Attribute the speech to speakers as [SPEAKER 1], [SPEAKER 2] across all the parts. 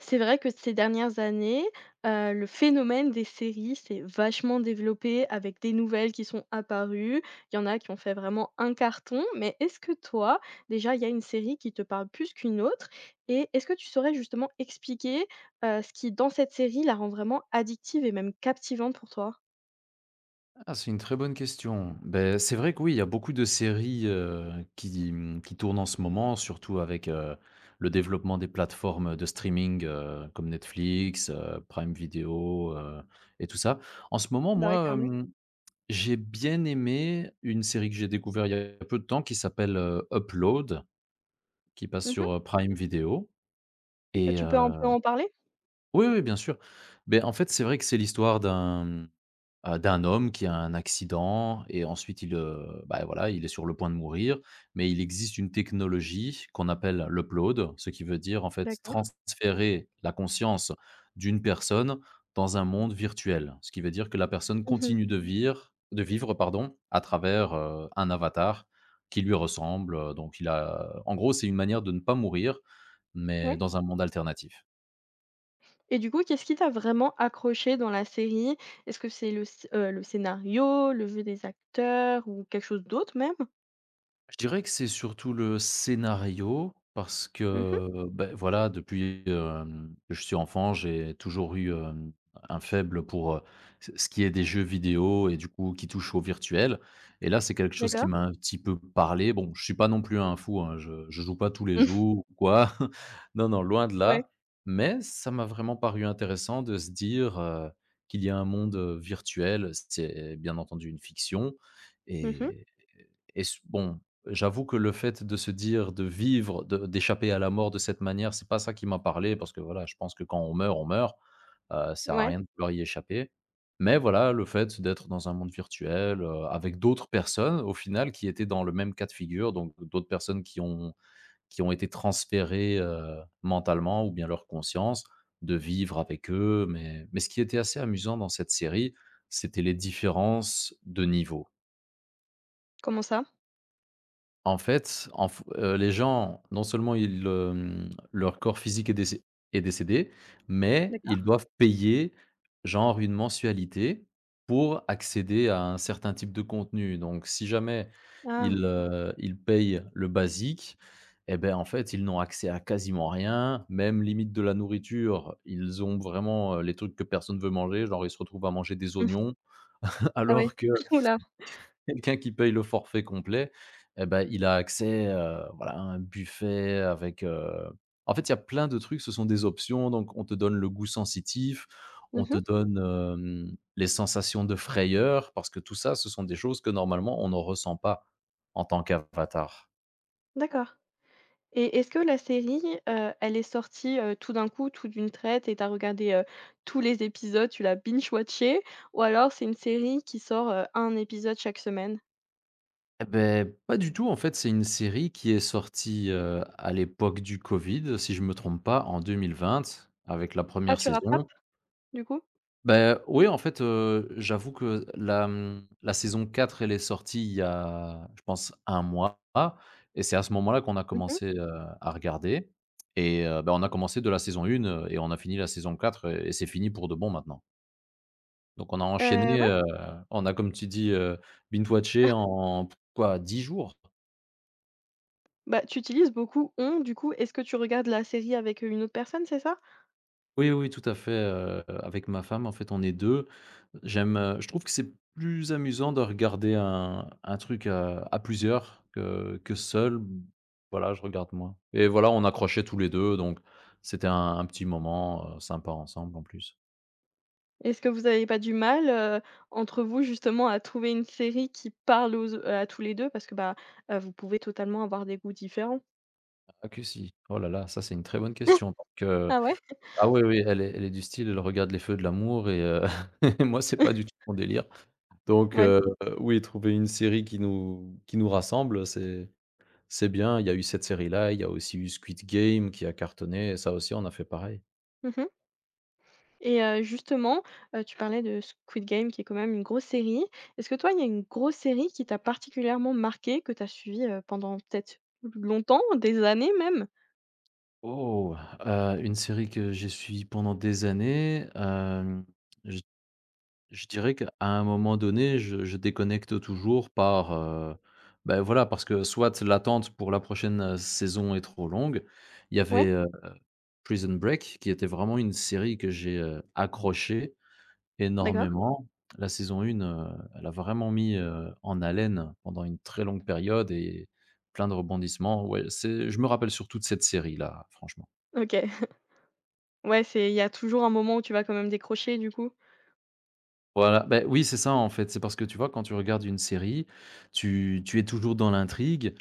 [SPEAKER 1] C'est vrai que ces dernières années, le phénomène des séries s'est vachement développé avec des nouvelles qui sont apparues. Il y en a qui ont fait vraiment un carton, mais est-ce que toi, déjà, il y a une série qui te parle plus qu'une autre? Et est-ce que tu saurais justement expliquer, ce qui, dans cette série, la rend vraiment addictive et même captivante pour toi?
[SPEAKER 2] Ah, c'est une très bonne question. Ben c'est vrai que oui, il y a beaucoup de séries, qui, qui tournent en ce moment, surtout avec, le développement des plateformes de streaming, comme Netflix, Prime Video, et tout ça. En ce moment,
[SPEAKER 1] Bah, ouais,
[SPEAKER 2] moi,
[SPEAKER 1] carrément.
[SPEAKER 2] j'ai bien aimé une série que j'ai découvert il y a peu de temps qui s'appelle, Upload, qui passe
[SPEAKER 1] Mmh.
[SPEAKER 2] sur, Prime Video
[SPEAKER 1] Bah,
[SPEAKER 2] et
[SPEAKER 1] tu peux un peu en parler?
[SPEAKER 2] oui, oui, bien sûr. Ben en fait, c'est vrai que c'est l'histoire d'un homme qui a un accident et ensuite il, bah, voilà, il est sur le point de mourir. Mais il existe une technologie qu'on appelle l'upload, ce qui veut dire, en fait,
[SPEAKER 1] D'accord.
[SPEAKER 2] transférer la conscience d'une personne dans un monde virtuel. Ce qui veut dire que la personne
[SPEAKER 1] Mmh.
[SPEAKER 2] continue de vivre, pardon, à travers, un avatar qui lui ressemble, donc il a en gros, c'est une manière de ne pas mourir, mais
[SPEAKER 1] Ouais.
[SPEAKER 2] dans un monde alternatif.
[SPEAKER 1] Et du coup, qu'est-ce qui t'a vraiment accroché dans la série? Est-ce que c'est le sc le scénario, le jeu des acteurs ou quelque chose d'autre même?
[SPEAKER 2] Je dirais que c'est surtout le scénario parce
[SPEAKER 1] Mmh,
[SPEAKER 2] que, beh, voilà, depuis, que je suis enfant, j'ai toujours eu, un faible pour, ce qui est des jeux vidéo et du coup qui touche au virtuel et là, c'est quelque chose qui
[SPEAKER 1] d'accord.
[SPEAKER 2] m'a un petit peu parlé. Bon, je suis pas non plus un fou, hein, je joue pas tous les jours ou quoi. Non, non, loin de
[SPEAKER 1] Ouais.
[SPEAKER 2] là, mais ça m'a vraiment paru intéressant de se dire, qu'il y a un monde, virtuel. C'est bien entendu une fiction
[SPEAKER 1] Mmh.
[SPEAKER 2] et et s bon, j'avoue que le fait de se dire, de vivre, de d'échapper à la mort de cette manière, c'est pas ça qui m'a parlé parce que voilà, je pense que quand on meurt, ça sert à
[SPEAKER 1] Ouais.
[SPEAKER 2] rien de vouloir y échapper. Mais voilà, le fait d'être dans un monde virtuel, avec d'autres personnes au final qui étaient dans le même cas de figure, donc d'autres personnes qui ont été transférées, mentalement ou bien leur conscience, de vivre avec eux. Mais ce qui était assez amusant dans cette série, c'était les différences de niveau.
[SPEAKER 1] Comment ça?
[SPEAKER 2] En fait, en f les gens, non seulement ils, leur corps physique est décédé, mais ils
[SPEAKER 1] D'accord.
[SPEAKER 2] doivent payer, genre, une mensualité pour accéder à un certain type de contenu. Donc si jamais
[SPEAKER 1] Ah.
[SPEAKER 2] ils, ils payent le basique eh beh, en fait, ils n'ont accès à quasiment rien, même limite de la nourriture. Ils ont vraiment, les trucs que personne ne veut manger, genre ils se retrouvent à manger des
[SPEAKER 1] Mmh.
[SPEAKER 2] oignons
[SPEAKER 1] Ah ouais.
[SPEAKER 2] alors que
[SPEAKER 1] Ouh là.
[SPEAKER 2] quelqu'un qui paye le forfait complet eh ben, il a accès, voilà, à un buffet avec, en fait, il y a plein de trucs, ce sont des options, donc on te donne le goût sensitif, on te
[SPEAKER 1] Mmh.
[SPEAKER 2] donne, les sensations de frayeur parce que tout ça, ce sont des choses que normalement on ne ressent pas en tant qu'avatar.
[SPEAKER 1] D'accord. Et est-ce que la série, elle est sortie, tout d'un coup, tout d'une traite et t'as regardé, tous les épisodes, tu l'as binge watché ou alors c'est une série qui sort, 1 épisode chaque semaine?
[SPEAKER 2] Et beh, pas du tout en fait, c'est une série qui est sortie, à l'époque du covid, si je me trompe pas, en 2020 avec la
[SPEAKER 1] Ah,
[SPEAKER 2] première
[SPEAKER 1] tu rattrapes
[SPEAKER 2] saison.
[SPEAKER 1] du coup?
[SPEAKER 2] Ben oui, en fait, j'avoue que la, la saison 4 elle est sortie il y a, je pense un mois et c'est à ce moment-là qu'on a
[SPEAKER 1] Mmh mh.
[SPEAKER 2] commencé, à regarder et bah, on a commencé de la saison 1, et on a fini la saison 4 et c'est fini pour de bon maintenant. Donc on a enchaîné, on a comme tu dis, binge watché en quoi? Dix jours?
[SPEAKER 1] Bah, tu utilises beaucoup «on», du coup, est-ce que tu regardes la série avec, une autre personne, c'est ça?
[SPEAKER 2] Oui, oui, tout à fait, avec ma femme, en fait, on est 2. J'aime, je trouve que c'est plus amusant de regarder un truc à plusieurs que seul. Voilà, je regarde moi. Et voilà, on accrochait tous les 2, donc c'était un petit moment, sympa ensemble, en plus.
[SPEAKER 1] Est-ce que vous avez pas du mal, entre vous justement à trouver une série qui parle aux à tous les deux? Parce que, bah, vous pouvez totalement avoir des goûts différents.
[SPEAKER 2] Ah que si, oh là là, ça, c'est une très bonne question parce que
[SPEAKER 1] Ah ouais?
[SPEAKER 2] ah oui, oui, elle est du style, elle regarde Les Feux de l'amour et et moi, c'est pas du tout mon délire. Donc
[SPEAKER 1] Ouais.
[SPEAKER 2] oui, trouver une série qui nous rassemble, c'est bien, il y a eu cette série-là, il y a aussi eu Squid Game qui a cartonné et ça aussi on a fait pareil.
[SPEAKER 1] Mmh. Et justement, tu parlais de Squid Game qui est quand même une grosse série. Est-ce que toi, il y a une grosse série qui t'a particulièrement marquée, que t'as suivie, pendant peut-être longtemps, des années même?
[SPEAKER 2] Oh! Une série que j'ai suivie pendant des années, hem, je Je dirais qu'à un moment donné, je déconnecte toujours par, bah, voilà, parce que soit l'attente pour la prochaine, saison est trop longue. Il y avait,
[SPEAKER 1] Ouais?
[SPEAKER 2] Prison Break qui était vraiment une série que j'ai, accrochée
[SPEAKER 1] D'accord.
[SPEAKER 2] énormément. La saison 1, elle a vraiment mis, en haleine pendant une très longue période et plein de rebondissements. Ouais, c'est je me rappelle surtout de cette série-là, franchement.
[SPEAKER 1] OK. Ouais, c'est il y a toujours un moment où tu vas quand même décrocher du coup?
[SPEAKER 2] Voilà, ben oui, c'est ça, en fait. C'est parce que, tu vois, quand tu regardes une série, tu es toujours dans l'intrigue.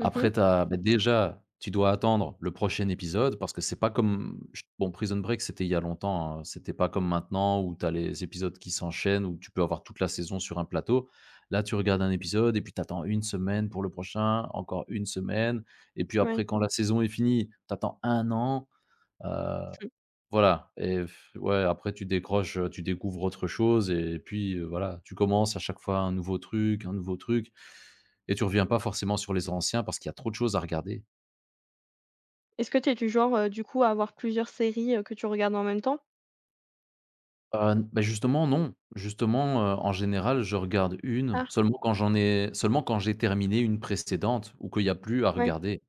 [SPEAKER 2] Après t'as bah, déjà, tu dois attendre le prochain épisode parce que c'est pas comme j bon, Prison Break, c'était il y a longtemps, hein, c'était pas comme maintenant où tu as les épisodes qui s'enchaînent, où tu peux avoir toute la saison sur un plateau. Là, tu regardes un épisode et puis tu attends 1 semaine pour le prochain, encore une semaine et puis
[SPEAKER 1] Ouais.
[SPEAKER 2] après quand la saison est finie, tu attends 1 an, heu,
[SPEAKER 1] Mmh.
[SPEAKER 2] voilà et ouais, après tu décroches, tu découvres autre chose et puis, voilà, tu commences à chaque fois un nouveau truc, un nouveau truc. Et tu reviens pas forcément sur les anciens parce qu'il y a trop de choses à regarder.
[SPEAKER 1] Est-ce que tu es du genre, du coup, à avoir plusieurs séries, que tu regardes en même temps?
[SPEAKER 2] Bah, justement non. Justement, en général, je regarde une
[SPEAKER 1] Ah!
[SPEAKER 2] seulement quand j'ai terminé une précédente ou qu'il y a plus à
[SPEAKER 1] Ouais.
[SPEAKER 2] regarder.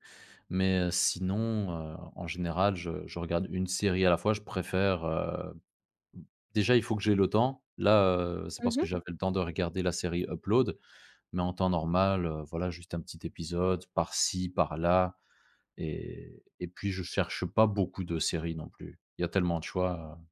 [SPEAKER 2] Mais, sinon, en général, je regarde une série à la fois. Je préfère, déjà, il faut que j'ai le temps. Là, c'est parce que
[SPEAKER 1] Mmh.
[SPEAKER 2] j'avais le temps de regarder la série Upload, mais en temps normal, voilà, juste un petit épisode par-ci, par-là et puis je cherche pas beaucoup de séries non plus. Il y a tellement de choix,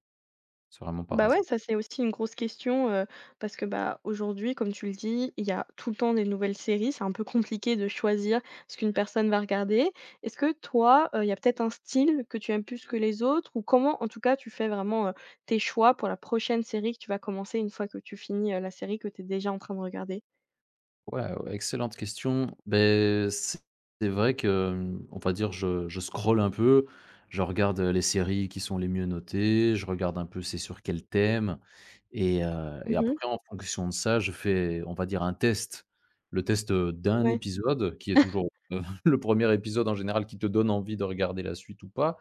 [SPEAKER 2] c'est vraiment par
[SPEAKER 1] Bah,
[SPEAKER 2] hasard.
[SPEAKER 1] ouais, ça, c'est aussi une grosse question, parce que, bah, aujourd'hui, comme tu le dis, il y a tout le temps des nouvelles séries. C'est un peu compliqué de choisir ce qu'une personne va regarder. Est-ce que toi, il y a peut-être un style que tu aimes plus que les autres? Ou comment, en tout cas, tu fais vraiment, tes choix pour la prochaine série que tu vas commencer une fois que tu finis, la série que tu es déjà en train de regarder?
[SPEAKER 2] Ouais, ouais, excellente question. Ben, c'est vrai que, mmh, on va dire, je scrolle un peu, je regarde, les séries qui sont les mieux notées, je regarde un peu c'est sur quel thème et
[SPEAKER 1] Mhm.
[SPEAKER 2] après en fonction de ça, je fais, on va dire, un test. Le test, d'un
[SPEAKER 1] Ouais.
[SPEAKER 2] épisode qui est toujours, le premier épisode en général qui te donne envie de regarder la suite ou pas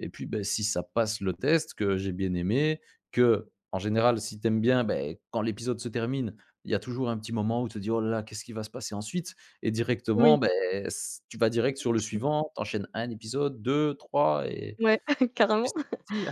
[SPEAKER 2] et puis, ben si ça passe le test, que j'ai bien aimé, que en général si t'aimes bien, ben quand l'épisode se termine, il y a toujours un petit moment où tu te dis: «Oh là là, qu'est-ce qui va se passer ensuite?» Et directement,
[SPEAKER 1] Oui.
[SPEAKER 2] ben s tu vas direct sur le suivant, t'enchaînes un épisode, deux trois et
[SPEAKER 1] Ouais,
[SPEAKER 2] puis
[SPEAKER 1] carrément.
[SPEAKER 2] c'est parti,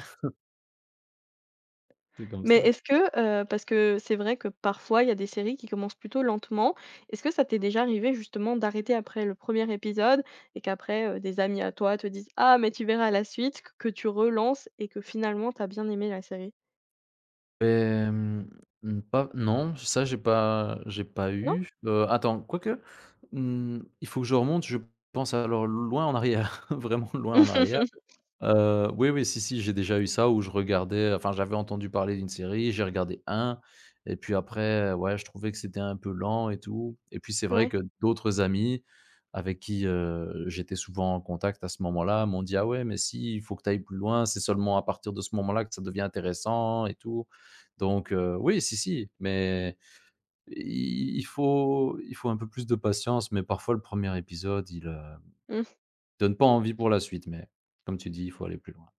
[SPEAKER 2] c'est comme
[SPEAKER 1] Mais
[SPEAKER 2] ça.
[SPEAKER 1] est-ce que, parce que c'est vrai que parfois il y a des séries qui commencent plutôt lentement. Est-ce que ça t'est déjà arrivé justement d'arrêter après le premier épisode et qu'après, des amis à toi te disent: «Ah mais tu verras la suite», que tu relances et que finalement t'as bien aimé la série?
[SPEAKER 2] Hem, mmh, pas non, ça j'ai pas
[SPEAKER 1] Non?
[SPEAKER 2] eu. Attends, quoique, mmh, il faut que je remonte, je pense alors loin en arrière, vraiment loin en arrière. Oui, oui, si, si, j'ai déjà eu ça où je regardais enfin, j'avais entendu parler d'une série, j'ai regardé un, et puis après, ouais, je trouvais que c'était un peu lent et tout et puis c'est vrai
[SPEAKER 1] Ouais.
[SPEAKER 2] que d'autres amis avec qui, j'étais souvent en contact à ce moment-là m'ont dit: «Ah ouais, mais si, il faut que tu ailles plus loin, c'est seulement à partir de ce moment-là que ça devient intéressant et tout». Donc oui, si, si, mais i il faut un peu plus de patience, mais parfois le premier épisode, il,
[SPEAKER 1] Mmh.
[SPEAKER 2] donne pas envie pour la suite, mais comme tu dis, il faut aller plus loin.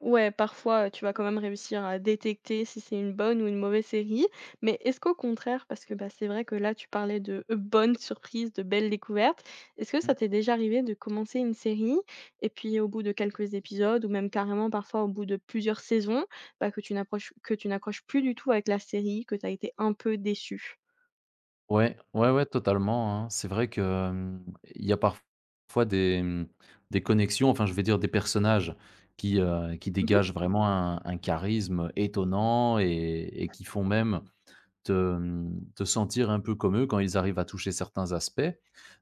[SPEAKER 1] Ouais, parfois, tu vas quand même réussir à détecter si c'est une bonne ou une mauvaise série. Mais est-ce qu'au contraire, parce que, bah, c'est vrai que là, tu parlais de, bonnes surprises, de belles découvertes, est-ce que ça t'est déjà arrivé de commencer une série et puis au bout de quelques épisodes ou même carrément parfois au bout de plusieurs saisons, bah, que tu n'approches que tu n'accroches plus du tout avec la série, que tu as été un peu déçu?
[SPEAKER 2] Ouais, ouais, ouais, totalement, hein. C'est vrai que, il y a parfois des, des connexions, enfin, je vais dire des personnages qui
[SPEAKER 1] Mmh.
[SPEAKER 2] dégagent vraiment un charisme étonnant et qui font même te, te sentir un peu comme eux quand ils arrivent à toucher certains aspects.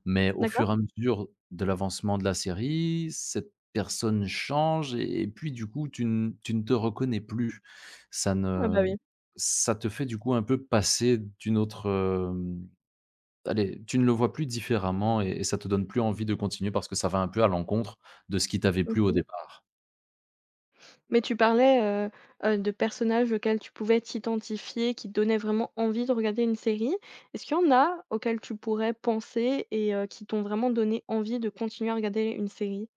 [SPEAKER 2] Mais au
[SPEAKER 1] D'accord?
[SPEAKER 2] fur et à mesure de l'avancement de la série, cette personne change et puis du coup tu ne te reconnais plus. Ça
[SPEAKER 1] Ah bah,
[SPEAKER 2] ne
[SPEAKER 1] oui.
[SPEAKER 2] Ça te fait du coup un peu passer d'une autre, allez, tu ne le vois plus différemment et ça te donne plus envie de continuer parce que ça va un peu à l'encontre de ce qui t'avait plu au
[SPEAKER 1] Mmh.
[SPEAKER 2] départ.
[SPEAKER 1] Mais tu parlais, heu de personnages auxquels tu pouvais t'identifier, qui te donnaient vraiment envie de regarder une série. Est-ce qu'il y en a auxquels tu pourrais penser et qui t'ont vraiment donné envie de continuer à regarder une série?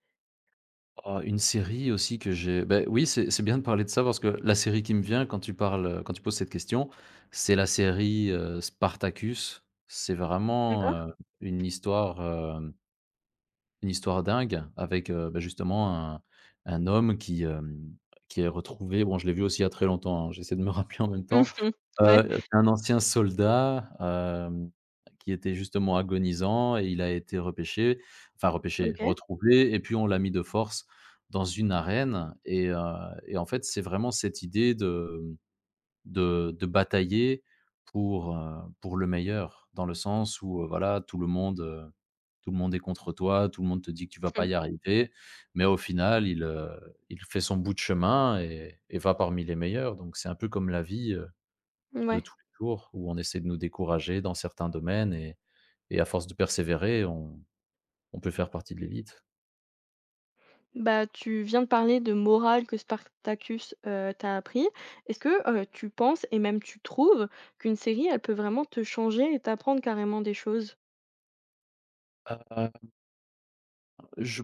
[SPEAKER 2] Oh, une série aussi que j'ai ben oui, c'est bien de parler de ça parce que la série qui me vient quand tu parles, quand tu poses cette question, c'est la série, Spartacus. C'est vraiment,
[SPEAKER 1] D'accord.
[SPEAKER 2] une histoire, hem Une histoire dingue avec, bah, justement un homme qui, qui est retrouvé, bon, je l'ai vu aussi il y a très longtemps, hein, j'essaie de me rappeler en même temps.
[SPEAKER 1] Mmh. Ouais,
[SPEAKER 2] C'est un ancien soldat, qui était justement agonisant et il a été repêché, enfin repêché,
[SPEAKER 1] OK.
[SPEAKER 2] retrouvé, et puis on l'a mis de force dans une arène et et en fait, c'est vraiment cette idée de de batailler pour le meilleur. Dans le sens où, voilà, tout le monde est contre toi, tout le monde te dit que tu vas pas y arriver, mais au final, il fait son bout de chemin et va parmi les meilleurs. Donc c'est un peu comme la vie,
[SPEAKER 1] Mmh,
[SPEAKER 2] de
[SPEAKER 1] ouais.
[SPEAKER 2] tous les jours où on essaie de nous décourager dans certains domaines et à force de persévérer, on peut faire partie de l'élite.
[SPEAKER 1] Bah, tu viens de parler de morale que Spartacus, t'a appris. Est-ce que, tu penses et même tu trouves qu'une série, elle peut vraiment te changer et t'apprendre carrément des choses?
[SPEAKER 2] Heu, je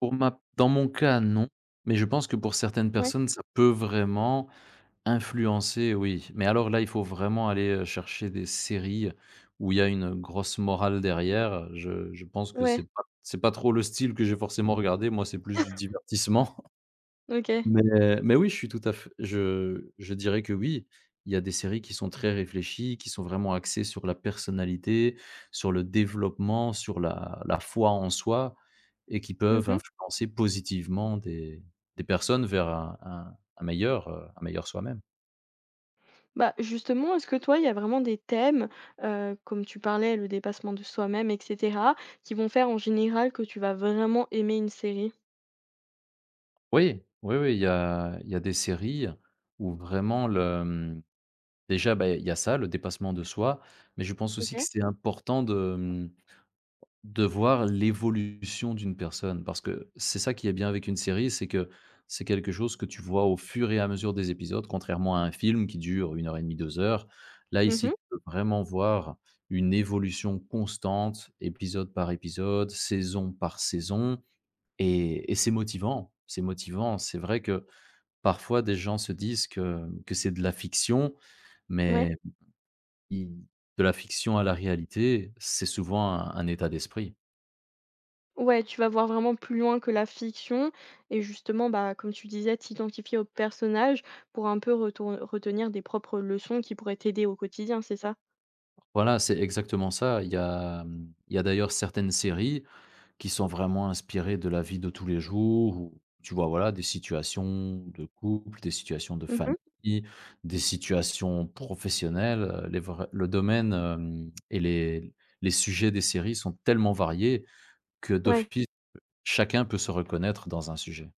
[SPEAKER 2] pour ma dans mon cas, non, mais je pense que pour certaines
[SPEAKER 1] Ouais.
[SPEAKER 2] personnes, ça peut vraiment influencer, oui, mais alors là, il faut vraiment aller, chercher des séries où il y a une grosse morale derrière. Je pense que c'est
[SPEAKER 1] Ouais,
[SPEAKER 2] pas c'est pas trop le style que j'ai forcément regardé. Moi, c'est plus du divertissement.
[SPEAKER 1] OK.
[SPEAKER 2] Mais oui, je suis tout à fait je dirais que oui, il y a des séries qui sont très réfléchies, qui sont vraiment axées sur la personnalité, sur le développement, sur la foi en soi et qui peuvent
[SPEAKER 1] Mmh.
[SPEAKER 2] influencer positivement des personnes vers un meilleur, un meilleur soi-même.
[SPEAKER 1] Bah, justement, est-ce que toi, il y a vraiment des thèmes, comme tu parlais, le dépassement de soi-même et cetera, qui vont faire en général que tu vas vraiment aimer une série?
[SPEAKER 2] Oui, oui, oui, il y a des séries où vraiment le, déjà, bah, il y a ça, le dépassement de soi, mais je pense aussi que
[SPEAKER 1] OK.
[SPEAKER 2] c'est important de, de voir l'évolution d'une personne parce que c'est ça qui est bien avec une série, c'est que c'est quelque chose que tu vois au fur et à mesure des épisodes, contrairement à un film qui dure une heure et demie, 2 heures. Là, ici,
[SPEAKER 1] Mmh.
[SPEAKER 2] tu peux vraiment voir une évolution constante, épisode par épisode, saison par saison et c'est motivant, c'est motivant. C'est vrai que parfois, des gens se disent que c'est de la fiction,
[SPEAKER 1] Ouais.
[SPEAKER 2] mais i de la fiction à la réalité, c'est souvent un état d'esprit.
[SPEAKER 1] Ouais, tu vas voir vraiment plus loin que la fiction et justement, bah, comme tu disais, t'identifier au personnage pour un peu retourn retenir des propres leçons qui pourraient t'aider au quotidien, c'est ça?
[SPEAKER 2] Voilà, c'est exactement ça. Il y a, il y a d'ailleurs certaines séries qui sont vraiment inspirées de la vie de tous les jours où tu vois, voilà, des situations de couple, des situations de famille,
[SPEAKER 1] Mmh.
[SPEAKER 2] des situations professionnelles, les vra le domaine, hem et les sujets des séries sont tellement variés que
[SPEAKER 1] Ouais.
[SPEAKER 2] d'office, chacun peut se reconnaître dans un sujet.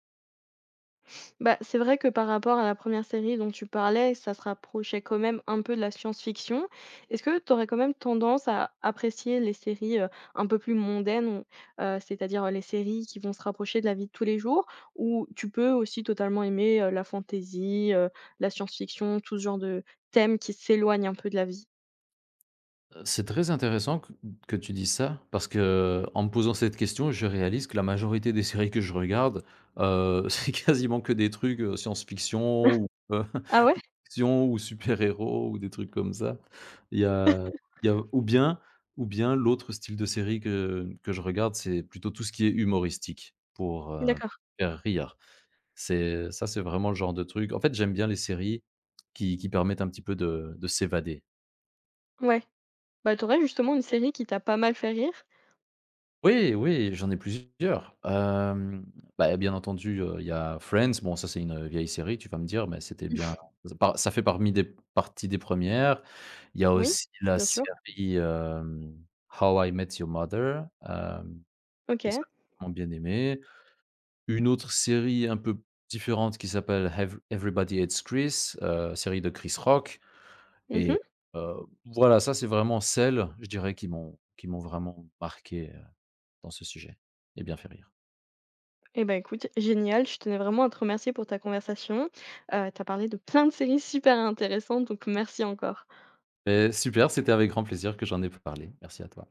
[SPEAKER 1] Bah, c'est vrai que par rapport à la première série dont tu parlais, ça se rapprochait quand même un peu de la science-fiction. Est-ce que tu aurais quand même tendance à apprécier les séries, un peu plus mondaines, ou c'est-à-dire, les séries qui vont se rapprocher de la vie de tous les jours? Ou tu peux aussi totalement aimer, la fantasy, la science-fiction, tout ce genre de thèmes qui s'éloignent un peu de la vie?
[SPEAKER 2] C'est très intéressant que tu dises ça parce qu'en me posant cette question, je réalise que la majorité des séries que je regarde, c'est quasiment que des trucs, science-fiction ou, heu,
[SPEAKER 1] Ah ouais?
[SPEAKER 2] action ou super-héros ou des trucs comme ça. Il y a il y a ou bien ou bien l'autre style de série que je regarde, c'est plutôt tout ce qui est humoristique pour,
[SPEAKER 1] D'accord,
[SPEAKER 2] faire rire. C'est ça, c'est vraiment le genre de truc en fait, j'aime bien les séries qui permettent un petit peu de s'évader.
[SPEAKER 1] ouais. Bah, t'aurais justement une série qui t'a pas mal fait rire?
[SPEAKER 2] Oui, oui, j'en ai plusieurs. Bah, bien entendu, il y a Friends. Bon, ça, c'est une, vieille série, tu vas me dire, mais c'était bien ça par ça fait parmi des parties des premières. Il y a
[SPEAKER 1] Oui,
[SPEAKER 2] aussi la
[SPEAKER 1] bien sûr.
[SPEAKER 2] série, How I Met Your Mother, que ça
[SPEAKER 1] OK.
[SPEAKER 2] j'ai vraiment bien aimé. Une autre série un peu différente qui s'appelle Ev Everybody Hates Chris, série de Chris Rock
[SPEAKER 1] Mmh.
[SPEAKER 2] et heu, voilà, ça, c'est vraiment celles, je dirais, qui m'ont vraiment marqué, dans ce sujet et bien fait rire.
[SPEAKER 1] Eh ben écoute, génial, je tenais vraiment à te remercier pour ta conversation. Tu as parlé de plein de séries super intéressantes, donc merci encore.
[SPEAKER 2] Beh, super, c'était avec grand plaisir que j'en ai parlé. Merci à toi.